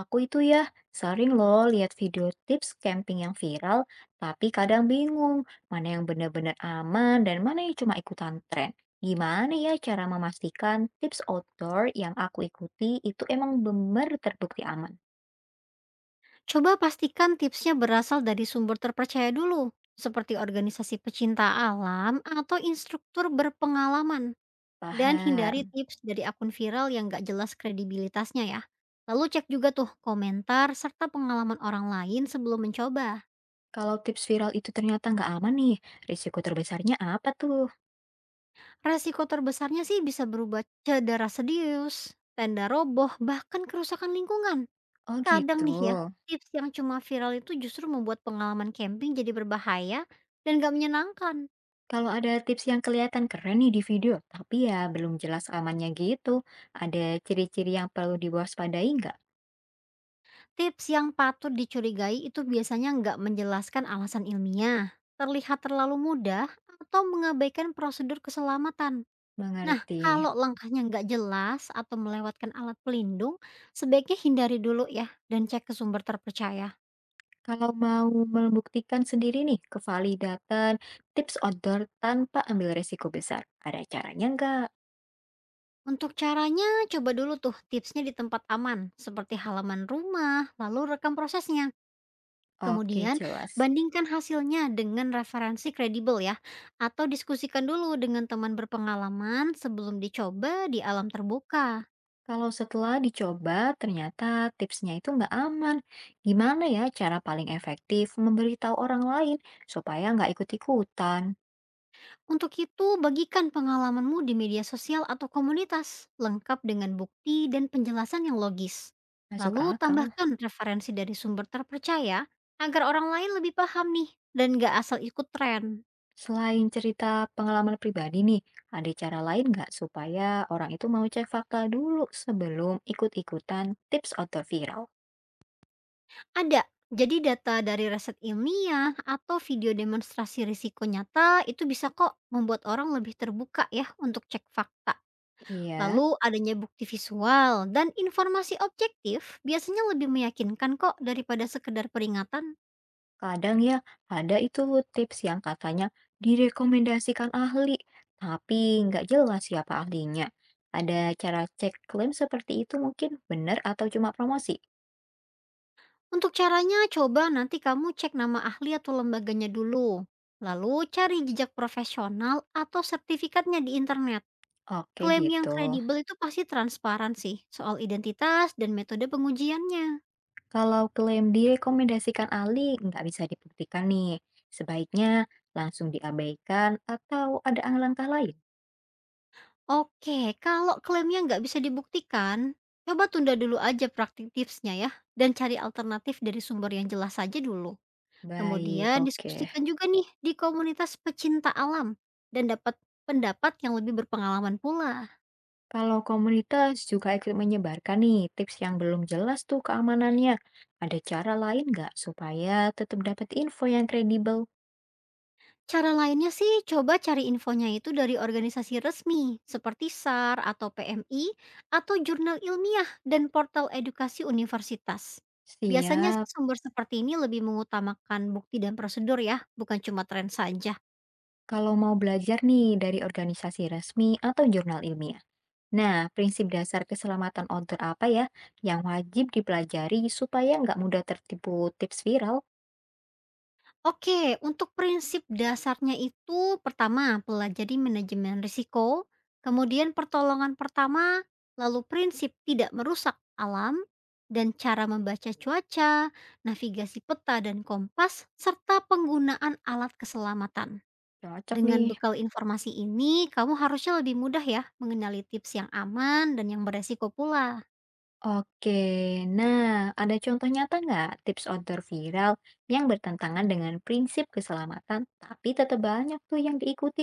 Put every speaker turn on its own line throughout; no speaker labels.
Aku itu ya sering loh lihat video tips camping yang viral, tapi kadang bingung mana yang benar-benar aman dan mana yang cuma ikutan tren. Gimana ya cara memastikan tips outdoor yang aku ikuti itu emang benar terbukti aman?
Coba pastikan tipsnya berasal dari sumber terpercaya dulu, seperti organisasi pecinta alam atau instruktur berpengalaman. Dan hindari
Paham.
tips dari akun viral yang gak jelas kredibilitasnya ya. Lalu cek juga tuh komentar serta pengalaman orang lain sebelum mencoba.
Kalau tips viral itu ternyata nggak aman nih, risiko terbesarnya apa tuh?
Resiko terbesarnya sih bisa berubah cedera serius, tenda roboh, bahkan kerusakan lingkungan.
Oh gitu.
Kadang nih ya, tips yang cuma viral itu justru membuat pengalaman camping jadi berbahaya dan gak menyenangkan.
Kalau ada tips yang kelihatan keren nih di video, tapi ya belum jelas amannya gitu, ada ciri-ciri yang perlu diwaspadai nggak?
Tips yang patut dicurigai itu biasanya nggak menjelaskan alasan ilmiah, terlihat terlalu mudah, atau mengabaikan prosedur keselamatan. Nah,
Mengerti.
kalau langkahnya nggak jelas atau melewatkan alat pelindung, sebaiknya hindari dulu ya dan cek ke sumber terpercaya.
Kalau mau membuktikan sendiri nih kevalidatan tips outdoor tanpa ambil resiko besar, ada caranya nggak?
Untuk caranya, coba dulu tuh tipsnya di tempat aman, seperti halaman rumah, lalu rekam prosesnya.
Oke,
Kemudian,
jelas.
bandingkan hasilnya dengan referensi kredibel ya, atau diskusikan dulu dengan teman berpengalaman sebelum dicoba di alam terbuka.
Kalau setelah dicoba ternyata tipsnya itu nggak aman, gimana ya cara paling efektif memberitahu orang lain supaya nggak ikut-ikutan?
Untuk itu, bagikan pengalamanmu di media sosial atau komunitas, lengkap dengan bukti dan penjelasan yang logis.
Masuk
Lalu
akal.
tambahkan referensi dari sumber terpercaya agar orang lain lebih paham nih dan gak asal ikut tren.
Selain cerita pengalaman pribadi nih, ada cara lain nggak supaya orang itu mau cek fakta dulu sebelum ikut-ikutan tips outdoor viral?
Ada. Jadi data dari riset ilmiah atau video demonstrasi risiko nyata itu bisa kok membuat orang lebih terbuka ya untuk cek fakta.
Iya.
Lalu adanya bukti visual dan informasi objektif biasanya lebih meyakinkan kok daripada sekedar peringatan.
Kadang ya, ada itu tips yang katanya direkomendasikan ahli, tapi nggak jelas siapa ahlinya. Ada cara cek klaim seperti itu mungkin benar atau cuma promosi?
Untuk caranya coba nanti kamu cek nama ahli atau lembaganya dulu. Lalu cari jejak profesional atau sertifikatnya di internet.
Oke
Klaim yang
gitu.
kredibel itu pasti transparan sih soal identitas dan metode pengujiannya.
Kalau klaim direkomendasikan ahli nggak bisa dibuktikan nih, sebaiknya langsung diabaikan atau ada langkah lain?
Oke, kalau klaimnya nggak bisa dibuktikan, coba tunda dulu aja praktik tipsnya ya, dan cari alternatif dari sumber yang jelas saja dulu.
Baik,
Kemudian
oke.
diskusikan juga nih di komunitas pecinta alam, dan dapat pendapat yang lebih berpengalaman pula.
Kalau komunitas juga ikut menyebarkan nih tips yang belum jelas tuh keamanannya. Ada cara lain nggak supaya tetap dapat info yang kredibel?
Cara lainnya sih coba cari infonya itu dari organisasi resmi seperti SAR atau PMI atau jurnal ilmiah dan portal edukasi universitas. Biasanya sih
Siap,
sumber seperti ini lebih mengutamakan bukti dan prosedur ya, bukan cuma tren saja.
kalau mau belajar nih dari organisasi resmi atau jurnal ilmiah. Nah, prinsip dasar keselamatan outdoor apa ya yang wajib dipelajari supaya nggak mudah tertipu tips viral?
Oke, untuk prinsip dasarnya itu pertama pelajari manajemen risiko, kemudian pertolongan pertama, lalu prinsip tidak merusak alam, dan cara membaca cuaca, navigasi peta dan kompas, serta penggunaan alat keselamatan.
Cocok
Dengan
nih.
bekal informasi ini, kamu harusnya lebih mudah ya mengenali tips yang aman dan yang beresiko pula.
Oke, nah, ada contoh nyata nggak tips outdoor viral yang bertentangan dengan prinsip keselamatan tapi tetap banyak tuh yang diikuti?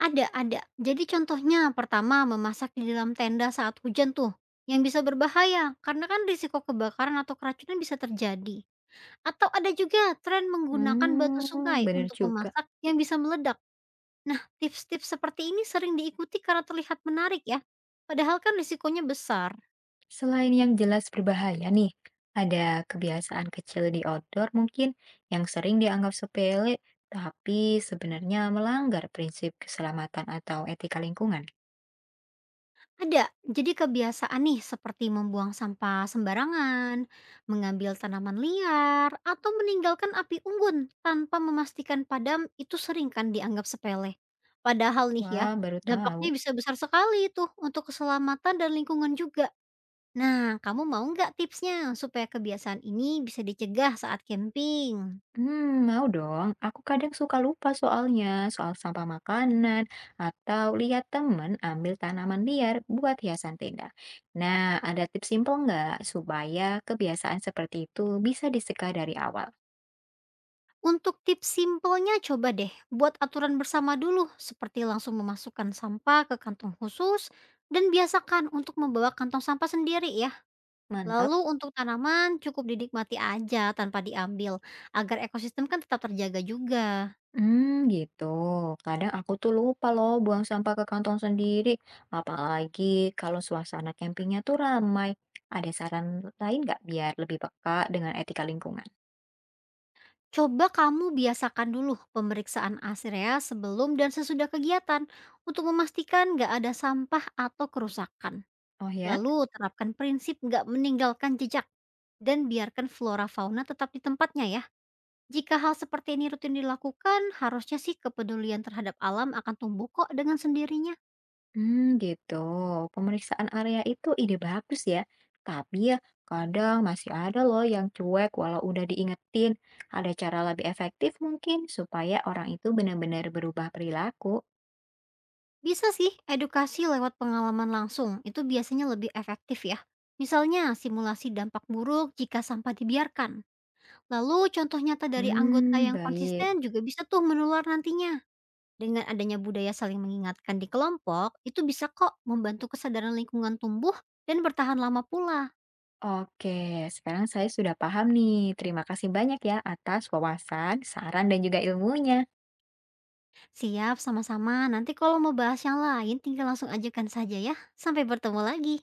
Ada. Jadi contohnya pertama memasak di dalam tenda saat hujan tuh, yang bisa berbahaya karena kan risiko kebakaran atau keracunan bisa terjadi. Atau ada juga tren menggunakan batu
Hmm,
sungai
bener
untuk
juga.
memasak yang bisa meledak. Nah, tips-tips seperti ini sering diikuti karena terlihat menarik ya. Padahal kan risikonya besar.
Selain yang jelas berbahaya nih, ada kebiasaan kecil di outdoor mungkin yang sering dianggap sepele tapi sebenarnya melanggar prinsip keselamatan atau etika lingkungan.
Ada. Jadi kebiasaan nih seperti membuang sampah sembarangan, mengambil tanaman liar, atau meninggalkan api unggun tanpa memastikan padam itu sering kan dianggap sepele. Padahal nih ya,
Wah, baru tahu.
dampaknya bisa besar sekali tuh untuk keselamatan dan lingkungan juga. Nah, kamu mau nggak tipsnya supaya kebiasaan ini bisa dicegah saat camping?
Mau dong. Aku kadang suka lupa soalnya, soal sampah makanan atau lihat temen ambil tanaman liar buat hiasan tenda. Nah, ada tips simple nggak supaya kebiasaan seperti itu bisa dicegah dari awal?
Untuk tips simpelnya coba deh buat aturan bersama dulu seperti langsung memasukkan sampah ke kantong khusus dan biasakan untuk membawa kantong sampah sendiri ya.
Mantap.
Lalu untuk tanaman cukup dinikmati aja tanpa diambil agar ekosistem kan tetap terjaga juga.
Hmm, gitu. Kadang aku tuh lupa loh buang sampah ke kantong sendiri, apalagi kalau suasana campingnya tuh ramai. Ada saran lain nggak biar lebih peka dengan etika lingkungan?
Coba kamu biasakan dulu pemeriksaan area sebelum dan sesudah kegiatan untuk memastikan nggak ada sampah atau kerusakan.
Oh ya?
Lalu terapkan prinsip nggak meninggalkan jejak dan biarkan flora fauna tetap di tempatnya ya. Jika hal seperti ini rutin dilakukan, harusnya sih kepedulian terhadap alam akan tumbuh kok dengan sendirinya.
Hmm, gitu. Pemeriksaan area itu ide bagus ya. Tapi ya, kadang masih ada loh yang cuek walau udah diingetin. Ada cara lebih efektif mungkin supaya orang itu benar-benar berubah perilaku.
Bisa sih edukasi lewat pengalaman langsung, itu biasanya lebih efektif ya. Misalnya simulasi dampak buruk jika sampah dibiarkan. Lalu contoh nyata dari anggota
Hmm,
yang
baik.
konsisten juga bisa tuh menular nantinya. Dengan adanya budaya saling mengingatkan di kelompok, itu bisa kok membantu kesadaran lingkungan tumbuh dan bertahan lama pula.
Oke, sekarang saya sudah paham nih. Terima kasih banyak ya atas wawasan, saran, dan juga ilmunya.
Siap, sama-sama. Nanti kalau mau bahas yang lain, tinggal langsung ajukan saja ya. Sampai bertemu lagi.